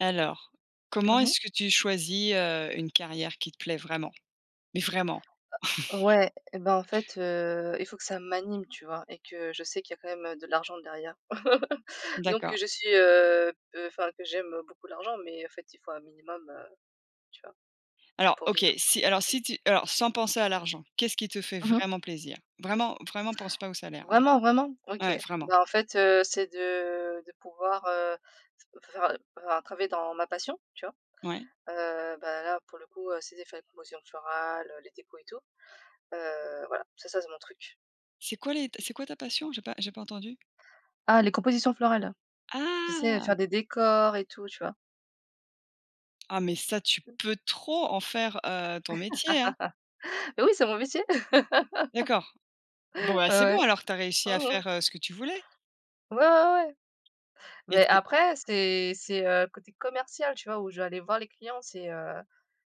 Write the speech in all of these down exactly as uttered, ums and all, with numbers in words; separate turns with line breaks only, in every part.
Alors, comment
Mmh.
est-ce que tu choisis, heu, une carrière qui te plaît vraiment? Mais vraiment?
Ouais, et ben, en fait, heu, il faut que ça m'anime, tu vois? Et que je sais qu'il y a quand même, heu, de l'argent derrière. Donc
D'accord.
je suis, heu, heu, enfin que j'aime beaucoup l'argent, mais en fait, il faut un minimum, heu, tu vois?
Alors
Pour
OK,
vivre.
si alors
Mmh.
si tu alors sans penser à l'argent, qu'est-ce qui te fait
Mmh.
vraiment plaisir? Vraiment vraiment pense pas au salaire, hein.
Vraiment, vraiment? OK.
Ouais, vraiment,
Bah, en fait, heu, c'est de de pouvoir, heu, f faire enfin travailler dans ma passion, tu vois?
ouais.
Heu, bah, là, pour le coup, heu, c'est de faire les compositions florales, heu, les décos et tout. Heu, voilà, ça ça c'est mon truc.
C'est quoi les c'est quoi ta passion? J'ai pas j'ai pas entendu.
Ah, les compositions florales? Tu sais,
Ah!
faire des décors et tout, tu vois?
Ah mais ça tu peux trop en faire, heu, ton métier, hein.
Beh, oui, c'est mon métier.
D'accord. Bon, bah,
Ouais,
c'est bon
ouais.
alors, tu as réussi à
Mmh.
faire, heu, ce que tu voulais.
Ouais, ouais, ouais.
Et
Mais
tu
après c'est c'est, heu, le côté commercial, tu vois? Où je vais aller voir les clients, c'est, heu,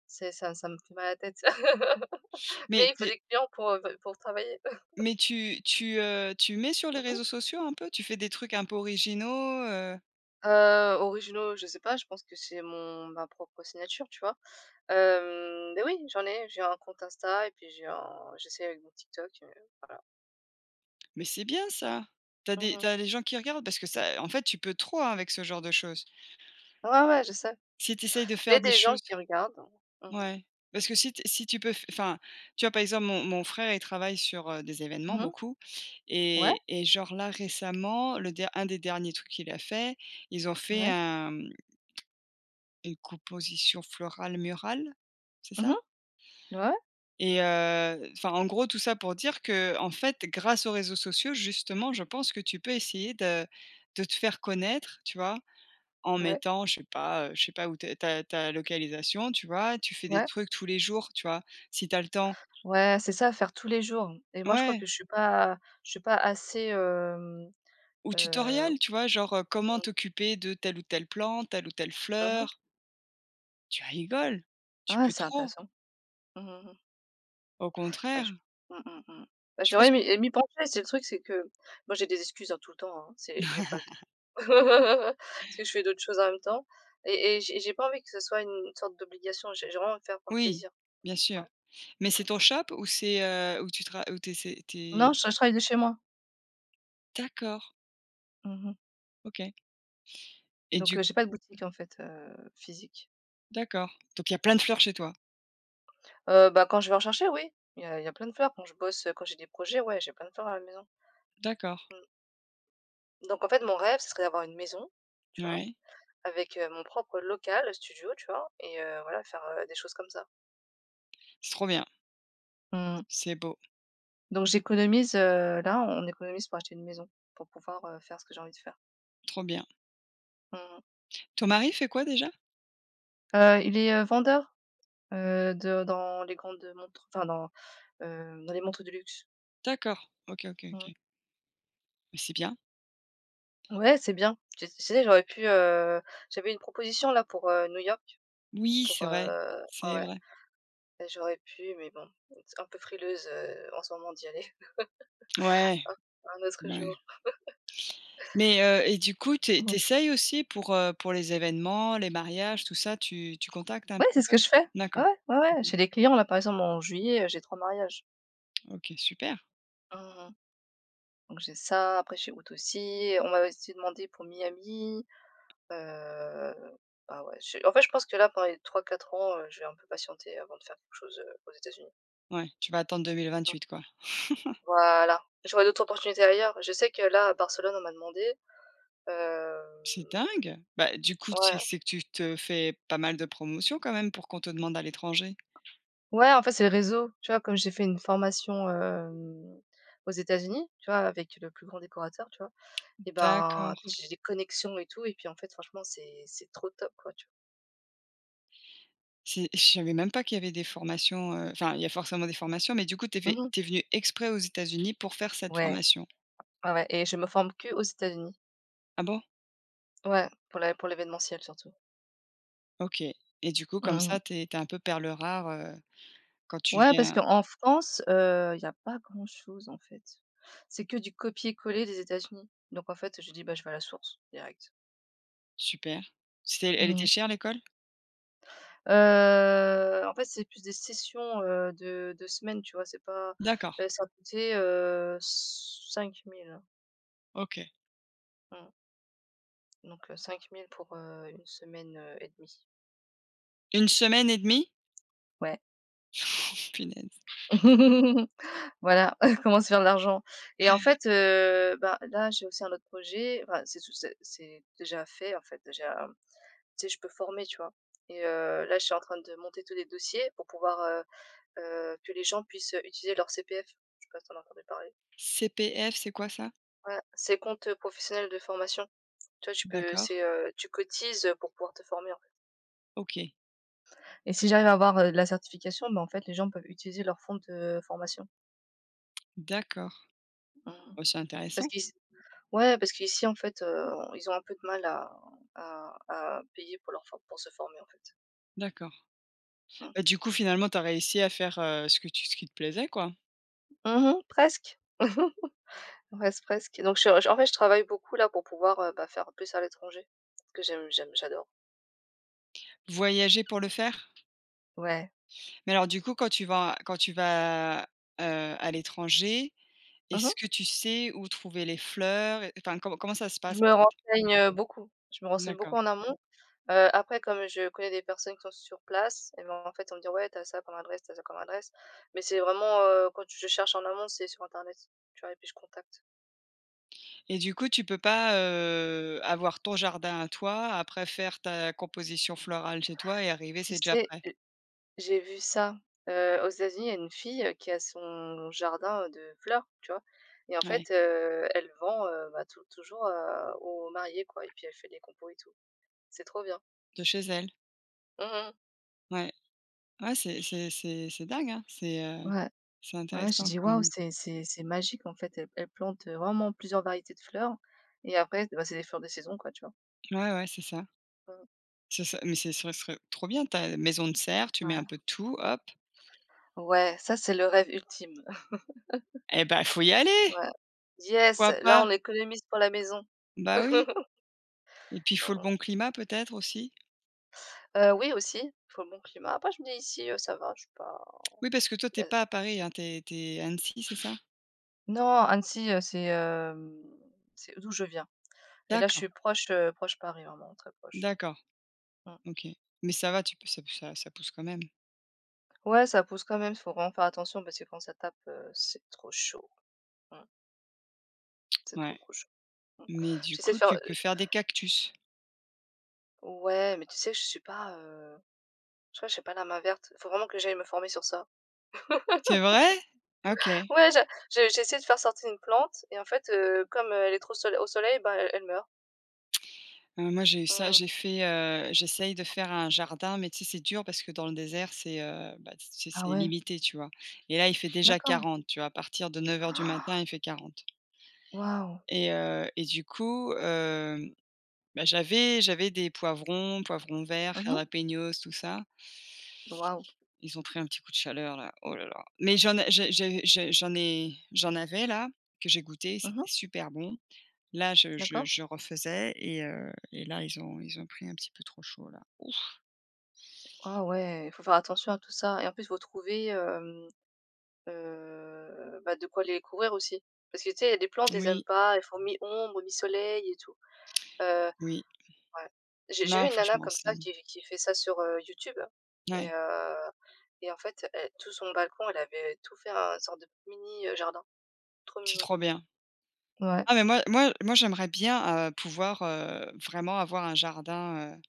c'est ça ça me fait mal à la tête. Mais
mais
il faut des clients pour, heu, pour travailler.
Mais tu tu, heu, tu mets sur les
Mmh mh.
réseaux sociaux un peu? Tu fais des trucs un peu originaux, heu?
Originaux, je sais pas, je pense que c'est mon ma propre signature, tu vois? Hem, mais oui, j'en ai, j'ai un compte Insta et puis j'ai un j'essaie avec mon TikTok, heu, voilà.
Mais c'est bien ça. T'as des
Mmh.
t'as as des gens qui regardent parce que ça en fait, tu peux trop, hein, avec ce genre de choses.
Ouais, ouais, je sais.
Si tu essayes de faire
J'ai
des
des gens
choses
qui regardent. Mmh mh.
ouais, parce que si t si tu peux f enfin, tu vois, par exemple, mon mon frère, il travaille sur, heu, des événements
Mmh.
beaucoup
Ouais,
et et genre là, récemment, le der un des derniers trucs qu'il a fait, ils ont fait
ouais.
un, mmh, une composition florale murale, c'est
Mmh.
ça?
Ouais, ouais.
Et heu, enfin, en gros, tout ça pour dire que, en fait, grâce aux réseaux sociaux, justement, je pense que tu peux essayer de de te faire connaître, tu vois? En
Ouais.
mettant, je sais pas, heu, je sais pas où tu ta ta localisation, tu vois? Tu fais des
Ouais.
trucs tous les jours, tu vois? Si tu as le temps.
Ouais, c'est ça, faire tous les jours et moi je crois que
Ouais,
je suis pas je suis pas assez, hem,
ou
heu,
tutoriel, tu vois? Genre, heu, comment t'occuper de telle ou telle plante, telle ou telle
mmh mh.
fleur. Tu rigoles, tu
Ah
peux
c'est
trop,
intéressant. Mmh mh, mmh.
au
Bah
contraire.
je mmh mh, mmh. Bah je
Je pense
devrais
que
m'y m'y pencher, c'est le truc, c'est que moi j'ai des excuses, hein, tout le temps, hein, c'est j'ai pas le temps. Parce que je fais d'autres choses en même temps et et j'ai j'ai pas envie que ce soit une sorte d'obligation, j'ai j'ai vraiment envie de faire par
oui,
plaisir.
bien sûr.
Ouais,
Mais c'est
mmh.
ton shop ou c'est, heu, où tu tra où t'es, es c'est
Non,
tu
je je travaille de chez moi.
d'accord.
Mmh.
OK, et
Donc
du
heu, j'ai pas de boutique en fait, heu, physique.
d'accord. Donc il y a plein de fleurs chez toi?
Heu, bah, quand je vais en chercher, oui. Il y a il y a plein de fleurs quand je bosse, heu, quand j'ai des projets, ouais, j'ai plein de fleurs à la maison.
D'accord,
Mmh. Donc en fait, mon rêve, ce serait d'avoir une maison, tu vois?
ouais.
Avec, heu, mon propre local, studio, tu vois? Et heu, voilà, faire, heu, des choses comme ça.
C'est trop bien,
Mmh.
c'est beau,
Donc j'économise, heu, là, on économise pour acheter une maison, pour pouvoir, heu, faire ce que j'ai envie de faire.
trop bien.
Mmh mh.
Ton mari fait quoi déjà?
Il est, heu, vendeur, heu, de dans les grandes montres, enfin dans, heu, dans les montres de luxe.
D'accord, OK, OK,
Mmh.
OK. Mais c'est bien.
Ouais, c'est bien. Tu tu sais, j'aurais pu, heu, j'avais une proposition là pour, heu, New York,
Oui,
pour,
c'est vrai,
heu
c'est
ouais.
vrai.
Bah, j'aurais pu, mais bon, un peu frileuse, heu, en ce moment d'y aller.
Ouais,
Un autre
ouais.
jour.
Mais heu et du coup, tu es tu
Mmh.
essayes aussi pour, heu, pour les événements, les mariages, tout ça, tu tu contactes un
Ouais, c'est
petit
ce que
peu?
je fais.
D'accord.
Ouais, ouais,
OK,
ouais, chez les clients là, par exemple en juillet, heu, j'ai trois mariages.
OK, super.
Mmh. Donc j'ai ça, après chez août aussi, on m'a aussi demandé pour Miami, heu, bah, ouais, je en fait, je pense que là, pendant les trois à quatre ans, heu, je vais un peu patienter avant de faire quelque chose, heu, aux États-Unis.
Ouais, tu vas attendre
Mmh.
deux mille vingt-huit quoi.
Voilà, j'aurai d'autres opportunités ailleurs. Je sais que là, à Barcelone, on m'a demandé, hem,
C'est dingue! Bah, du coup, tu
ouais.
c'est que tu te fais pas mal de promotions quand même pour qu'on te demande à l'étranger?
Ouais, en fait, c'est le réseau. Tu vois, comme j'ai fait une formation, hem, aux États-Unis, tu vois, avec le plus grand décorateur, tu vois? Et ben,
D'accord.
j'ai des connexions et tout et puis, en fait, franchement, c'est c'est trop top, quoi, tu
C'est Je savais même pas qu'il y avait des formations, heu, enfin, il y a forcément des formations, mais du coup, tu
vois? Mmh.
es venu exprès aux États-Unis pour faire cette
Ouais,
formation?
ouais, ouais et je me forme que aux États-Unis.
Ah bon?
Ouais, pour la pour l'événementiel, surtout.
OK et du coup, comme
Mmh.
ça, tu es un peu perle rare, heu, quand tu
Ouais, parce
viens
qu'en France, il y a pas grand-chose, en fait. C'est que du copier-coller des États-Unis. Donc en fait, je dis: «Bah, je vais à la source, direct».
super. C'était Elle était
Mmh.
chère l'école?
Heu, en fait, c'est plus des sessions, heu, de de semaines, tu vois? C'est pas,
D'accord,
heu, ça a coûté, heu, cinq mille.
OK.
Mmh, donc heu, cinq mille pour, heu, une semaine, heu, et demie.
Une semaine et demie?
Ouais.
Punaise.
Voilà, comment se faire de l'argent. Et en fait, heu, bah, là, j'ai aussi un autre projet, enfin, c'est tout, c'est c'est déjà fait, en fait, déjà, tu sais, je peux former, tu vois? Et heu, là, je suis en train de monter tous les dossiers pour pouvoir, heu heu, que les gens puissent, utiliser leur C P F. Je sais pas si tu as entendu parler?
C P F, c'est quoi ça?
Ouais, c'est compte, heu, professionnel de formation. Tu vois, tu peux
D'accord,
c'est, heu, tu cotises, euh, pour pouvoir te former, en fait.
OK,
Et si j'arrive à avoir, heu, de la certification, bah, en fait, les gens peuvent utiliser leur fonds de formation.
d'accord.
Mmh.
Oh, c'est
Parce
intéressant,
qu'ici ouais, parce qu'ici, en fait, heu, ils ont un peu de mal à à à payer pour leur for pour se former, en fait.
d'accord.
Mmh.
Bah, du coup, finalement, tu as réussi à faire, heu, ce que tu ce qui te plaisait, quoi.
Mmh presque. Presque, presque. Donc je suis en fait, je travaille beaucoup, là, pour pouvoir, heu, bah, faire plus à l'étranger, parce que j'aime j'aime j'adore.
Voyager pour le faire?
Ouais.
Mais alors du coup, quand tu vas quand tu vas, heu, à l'étranger,
Mmh.
est-ce que tu sais où trouver les fleurs? Enfin, comment comment ça se
Je
passe, en
me
fait?
renseigne, heu, beaucoup. Je me renseigne
D'accord
beaucoup en amont. Heu, après comme je connais des personnes qui sont sur place et ben, en fait, on me dit: «Ouais, t'as ça comme adresse, t'as ça comme adresse». Mais c'est vraiment, heu, quand je cherche en amont, c'est sur internet, tu vois? Et puis je contacte.
et du coup, tu peux pas, heu, avoir ton jardin à toi, après faire ta composition florale chez toi et arriver,
Tu
c'est déjà
sais,
prêt?
heu, j'ai vu ça, heu, aux États-Unis, il y a une fille, heu, qui a son jardin, de fleurs, tu vois? Et en
Ouais,
fait, heu, elle vend, heu, bah, tou toujours, heu, aux mariés, quoi, et puis elle fait des compos et tout. C'est trop bien.
de chez elle.
Mmh.
Ouais. Ouais, c'est c'est c'est c'est dingue, hein. C'est, heu,
Ouais,
c'est
ouais, j'ai
intéressant
dit: «Waouh,
comme
c'est c'est c'est magique», en fait. Elle elle plante, heu, vraiment plusieurs variétés de fleurs et après, bah, c'est des fleurs de saison, quoi, tu vois?
ouais, ouais, c'est ça.
Mmh.
C'est ça mais c'est ce serait trop bien, ta maison de serre, tu mets
Ouais.
un peu de tout, hop
Ouais, ça, c'est le rêve ultime.
et bah, faut y aller!
Ouais. Yes,
Pourquoi
là,
pas?
on économise pour la maison.
Bah, oui. Et puis, il
Mmh
faut le
mh.
bon climat peut-être aussi?
Oui, aussi, il faut le bon climat. Après, je me dis ici, heu, ça va, je suis pas
Oui, parce que toi,
y
t'es
a
pas à Paris, hein, t'es es à Annecy, c'est ça?
non, Annecy, heu, c'est, hem, c'est d'où je viens et là, je
D'accord,
suis proche, heu, proche Paris, vraiment très proche.
d'accord,
Mmh.
OK. Mais ça va, tu peux ça ça ça pousse quand même?
Ouais, ça pousse quand même, faut vraiment faire attention parce que quand ça tape, heu, c'est trop chaud. Mmh. C'est trop,
Ouais.
trop chaud. Mmh.
Mais du
J'essaie de
coup,
faire,
tu peux
euh,
faire des cactus.
ouais, mais tu sais, je suis pas, euh, je sais vois, j'ai pas la main verte. Faut vraiment que j'aille me former sur ça.
C'est vrai? OK.
Ouais, je je j'ai essayé de faire sortir une plante et en fait, heu, comme, heu, elle est trop solei au soleil, bah, elle elle meurt.
Heu, moi, j'ai eu ça,
Mmh.
j'ai fait, heu, j'essaye de faire un jardin, mais tu sais, c'est dur parce que dans le désert, c'est, heu, bah, tu sais,
Ah
c'est
ouais,
limité, tu vois? Et là, il fait déjà
d'accord.
quarante. Tu vois? À partir de neuf heures du
Ah,
matin, il fait quarante.
waouh.
Et heu et du coup, euh, bah, j'avais j'avais des poivrons, poivrons verts,
Mmh.
jalapeños, tout ça.
Waouh.
Ils ont pris un petit coup de chaleur là, oh là là. Mais j'en ai j'ai j'ai j'ai j'en ai j'en avais là, que j'ai goûté, c'était
Mmh.
super bon. Là, je je
D'accord.
je refaisais et heu et là, ils ont ils ont pris un petit peu trop chaud là. Ouf!
Ah ouais, il faut faire attention à tout ça et en plus, il faut trouver, hem, heu, bah, de quoi les couvrir aussi. Parce que tu sais, il y a des plantes, elles aiment
Oui,
pas, elles font mi-ombre, mi-soleil et tout. Heu,
oui.
ouais. J'ai j'ai vu
Là
une
faut que je
nana comme ça
m'enseigne
qui qui fait ça sur, heu, YouTube et
ouais,
heu et en fait, elle tout son balcon, elle avait tout fait un sorte de mini, heu, jardin. Trop
c'est
mignon.
trop bien.
Ouais.
Ah mais moi moi moi j'aimerais bien, heu, pouvoir, heu, vraiment avoir un jardin, heu,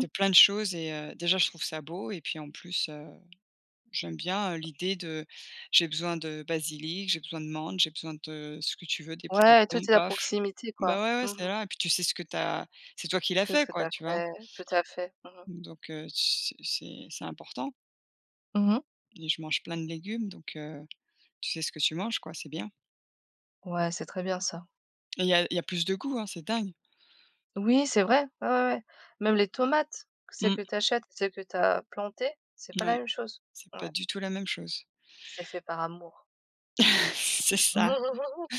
de plein de choses et heu, déjà je trouve ça beau et puis en plus, heu j'aime bien, heu, l'idée de j'ai besoin de basilic, j'ai besoin de menthe, j'ai besoin de ce que tu veux, des
Ouais, tout
poivrons,
est à
paf.
proximité,
Bah,
quoi.
ouais, ouais, c'est
Mmh.
là et puis tu sais ce que t'as c'est toi qui l'as
Que ce
fait
que
quoi,
t'as
tu vois?
fait, tout à fait. Mmh mh.
Donc heu, c'est c'est c'est important
Mmh.
et je mange plein de légumes donc heu, tu sais ce que tu manges quoi, c'est bien
Ouais, c'est très bien ça.
et il y a il y a plus de goût, hein, c'est dingue.
Oui, c'est vrai. Ouais, ouais, ouais. Même les tomates, celles
Mmh,
que tu achètes, celles que tu as plantées, c'est pas la
ouais,
même chose.
c'est pas
Ouais,
du tout la même chose.
c'est fait par amour.
C'est ça,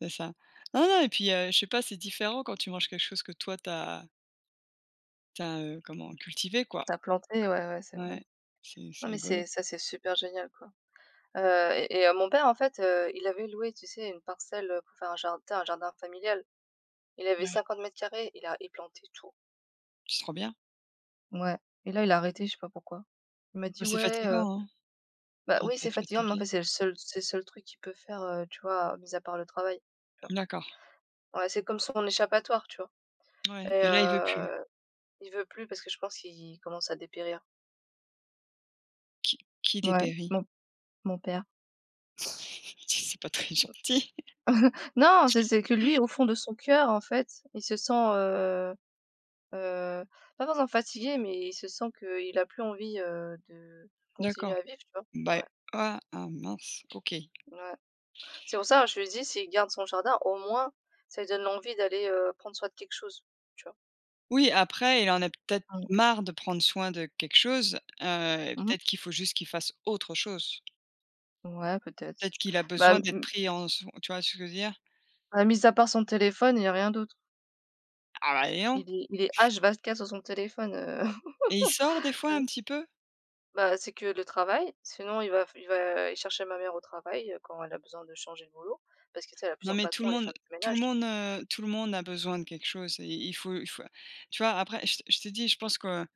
c'est ça. Non, non et puis, heu, je sais pas, c'est différent quand tu manges quelque chose que toi t'as t'as tu comment, cultivé quoi.
T'as planté, ouais, ouais, c'est vrai.
Ouais, c'est
Non,
c'est
mais
rigolo.
c'est ça, c'est super génial, quoi. Heu et et heu, mon père, en fait, heu, il avait loué, tu sais, une parcelle, heu, pour faire un jardin un jardin familial. Il avait
Ouais,
cinquante mètres carrés. il a il plantait tout.
c'est trop bien.
Ouais et là, il a arrêté, je sais pas pourquoi. Il m'a
Bah,
dit:
c'est
«Ouais, heu».
fatigant, hein?
Bah,
Il
oui,
doit
c'est
être
fatigant, mais en fait,
fatigué.
c'est le seul c'est le seul truc qu'il peut faire, heu, tu vois, mis à part le travail, tu vois?
D'accord,
Ouais, c'est comme son échappatoire, tu vois?
ouais
Et
et là, il veut plus.
heu, il veut plus parce que je pense qu'il commence à dépérir.
Qui qui
Ouais,
dépérit?
mon mon père.
C'est pas très gentil.
Non, c'est c'est que lui, au fond de son cœur, en fait, il se sent, heu heu, pas forcément fatigué, mais il se sent qu'il a plus envie, heu, de continuer
D'accord.
à vivre, tu vois?
Bah,
Ouais,
ah, ah mince, OK.
ouais. C'est pour ça, je lui dis: «S'il garde son jardin, au moins, ça lui donne l'envie d'aller, heu, prendre soin de quelque chose», tu vois?
Oui, après, il en a peut-être
Mmh.
marre de prendre soin de quelque chose, heu,
Mmh.
peut-être qu'il faut juste qu'il fasse autre chose.
Ouais, peut-être.
Peut-être qu'il a
Bah,
besoin d'être
m
pris en so tu vois ce que je veux dire?
bah, mis à part son téléphone, il y a rien d'autre.
Ah bah, dis donc
Il est il est H vingt-quatre sur son téléphone, heu, mmh.
et il sort des fois un petit peu?
Bah, c'est que le travail, sinon il va il va aller chercher ma mère au travail, heu, quand elle a besoin de changer de boulot, parce que, tu sais, elle a
Non,
plusieurs
mais tout le
patrons, les
monde
femmes de
tout le
ménage.
monde, heu, tout le monde a besoin de quelque chose et il faut il faut tu vois? Après je te je te dis, je pense que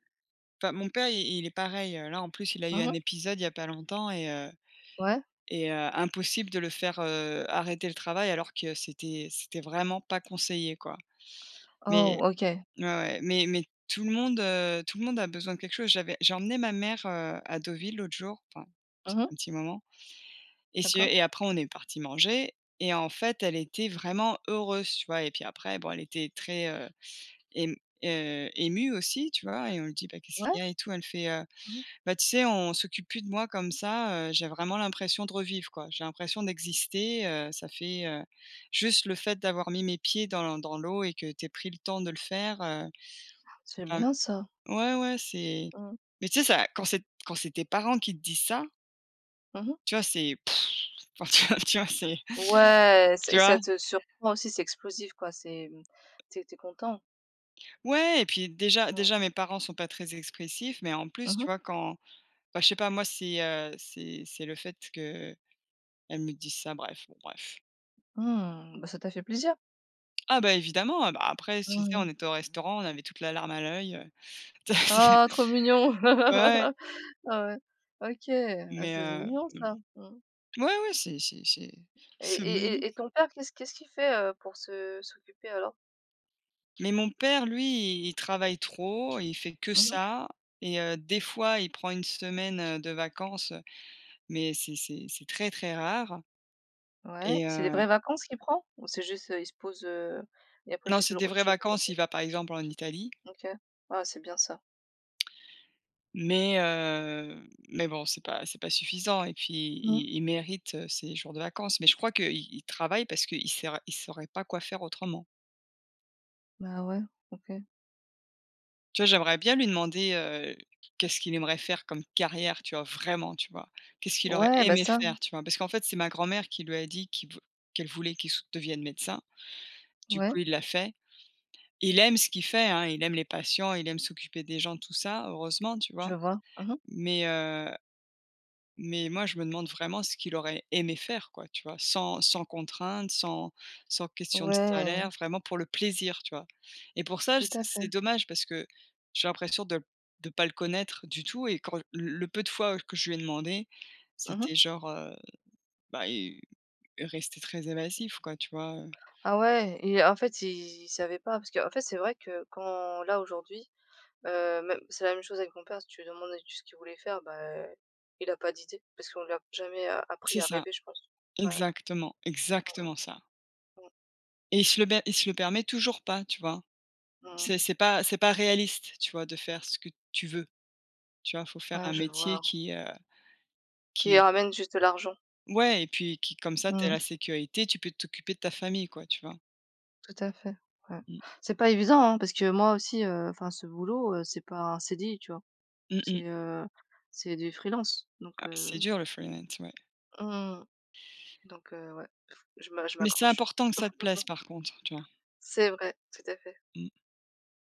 enfin mon père, il il est pareil, heu, là en plus il a eu un
Mhm.
épisode il y a pas longtemps et heu
Ouais.
et heu, impossible de le faire, heu, arrêter le travail alors que c'était c'était vraiment pas conseillé quoi.
Oh,
Mais
OK.
ouais, ouais, mais mais tout le monde, heu, tout le monde a besoin de quelque chose. J'avais j'ai emmené ma mère, heu, à Deauville l'autre jour, enfin, ça
Mhm.
un petit moment et si
D'accord.
et après on est parti manger et en fait, elle était vraiment heureuse, tu vois? Et puis après, bon, elle était très, heu, ém heu, émue aussi, tu vois? Et on lui dit: «Bah, qu'est-ce
Ouais.
qu'il y a et tout?» Elle fait, heu:
Mmh.
«Bah, tu sais, on s'occupe plus de moi comme ça, heu, j'ai vraiment l'impression de revivre, quoi. J'ai l'impression d'exister, heu, ça fait, heu, juste le fait d'avoir mis mes pieds dans l'en- dans l'eau et que tu pris le temps de le faire, heu,
C'est
enfin»
bien ça.
ouais, ouais, c'est
Mhm.
mais tu sais, ça quand c'est quand c'est tes parents qui te disent ça,
Mmh.
tu vois, c'est enfin, tu vois tu vois, c'est
Ouais, c
tu
et
vois?
ça te surprend aussi, c'est explosif quoi, c'est, t'es tu content.
Ouais et puis déjà
Mmh.
déjà mes parents sont pas très expressifs, mais en plus,
Mmh
tu
mh.
vois, quand bah, je sais pas moi c'est, heu, c'est c'est le fait que qu'elles me disent ça, bref, bon bref.
Mmh, bah, ça t'a fait plaisir.
Ah bah, évidemment, ah bah, après si tu sais, on
Mmh.
était au restaurant, on avait toute la larme à l'œil, heu,
Ah trop mignon.
c'est ouais, ouais,
Ah ouais. OK, ah
mais
c'est
heu,
mignon ça. Mmh
ouais, ouais, c'est c'est c'est
et
c'est
et
mignon.
et et ton père qu'est-ce qu'est-ce qu'il fait, heu, pour se s'occuper alors?
Mais mon père lui, il travaille trop, il fait que
Mmh.
ça et heu, des fois il prend une semaine, heu, de vacances, mais c'est c'est c'est très, très rare
Ouais, c'est des
et
vraies vacances qu'il prend? Ou c'est juste, heu, il se pose, heu et après il
non,
fait
c'est
toujours
des
autre
vraies
chose à
vacances,
côté?
il va par exemple en Italie,
OK. Ah c'est bien ça.
mais heu, mais bon, c'est pas c'est pas suffisant et puis
Mmh.
il il mérite, heu, ses jours de vacances. Mais je crois qu'il il travaille parce qu'il saura il saurait pas quoi faire autrement.
Bah ouais, OK.
Tu vois, j'aimerais bien lui demander, heu, qu'est-ce qu'il aimerait faire comme carrière, tu vois? Vraiment, tu vois? Qu'est-ce qu'il aurait
Ouais, bah
aimé
ça,
faire, tu vois? Parce qu'en fait, c'est ma grand-mère qui lui a dit qu'il vou qu'elle voulait qu'il s devienne médecin. Du coup,
ouais,
il l'a fait. Il aime ce qu'il fait, hein, il aime les patients, il aime s'occuper des gens, tout ça, heureusement, tu vois?
je vois. Mmh.
Mais heu Mais moi, je me demande vraiment ce qu'il aurait aimé faire, quoi, tu vois? Sans sans contrainte, sans sans question de
Ouais.
salaire, vraiment pour le plaisir, tu vois? Et pour ça,
Tout
c
à fait.
c'est dommage parce que j'ai l'impression de de pas le connaître du tout et quand le peu de fois que je lui ai demandé,
Mmh.
c'était genre, heu, bah, il il restait très évasif, quoi, tu vois,
Ah ouais et en fait, il il savait pas parce que en fait, c'est vrai que quand là, aujourd'hui, heu, même c'est la même chose avec mon père, si tu lui demandais ce qu'il voulait faire, bah, il a pas d'idée parce qu'on lui a jamais a appris
c'est
à
ça,
rêver, je pense. Ouais.
exactement, exactement ça.
Mmh mh.
Et il se le per il se le permet toujours pas, tu vois?
Mmh.
C'est c'est pas c'est pas réaliste, tu vois, de faire ce que tu veux, tu vois? Faut faire
Ouais,
un
je
métier
vois.
qui,
Qui
Qui
ramène juste l'argent.
ouais et puis qui comme ça, tu as
Mmh.
la sécurité, tu peux t'occuper de ta famille quoi, tu vois?
Tout à fait, ouais.
Mmh.
C'est pas évident, hein, parce que moi aussi, heu, enfin ce boulot, heu, c'est pas un C D I, tu vois?
Mmh mh.
C'est, heu, c'est du freelance donc
Ah, c'est
heu,
dur le freelance, ouais.
mmh, donc heu, ouais, je m'a je
Mais c'est
m'accroche.
important que ça te plaise par contre, tu vois?
C'est vrai, tout à fait.
Mmh.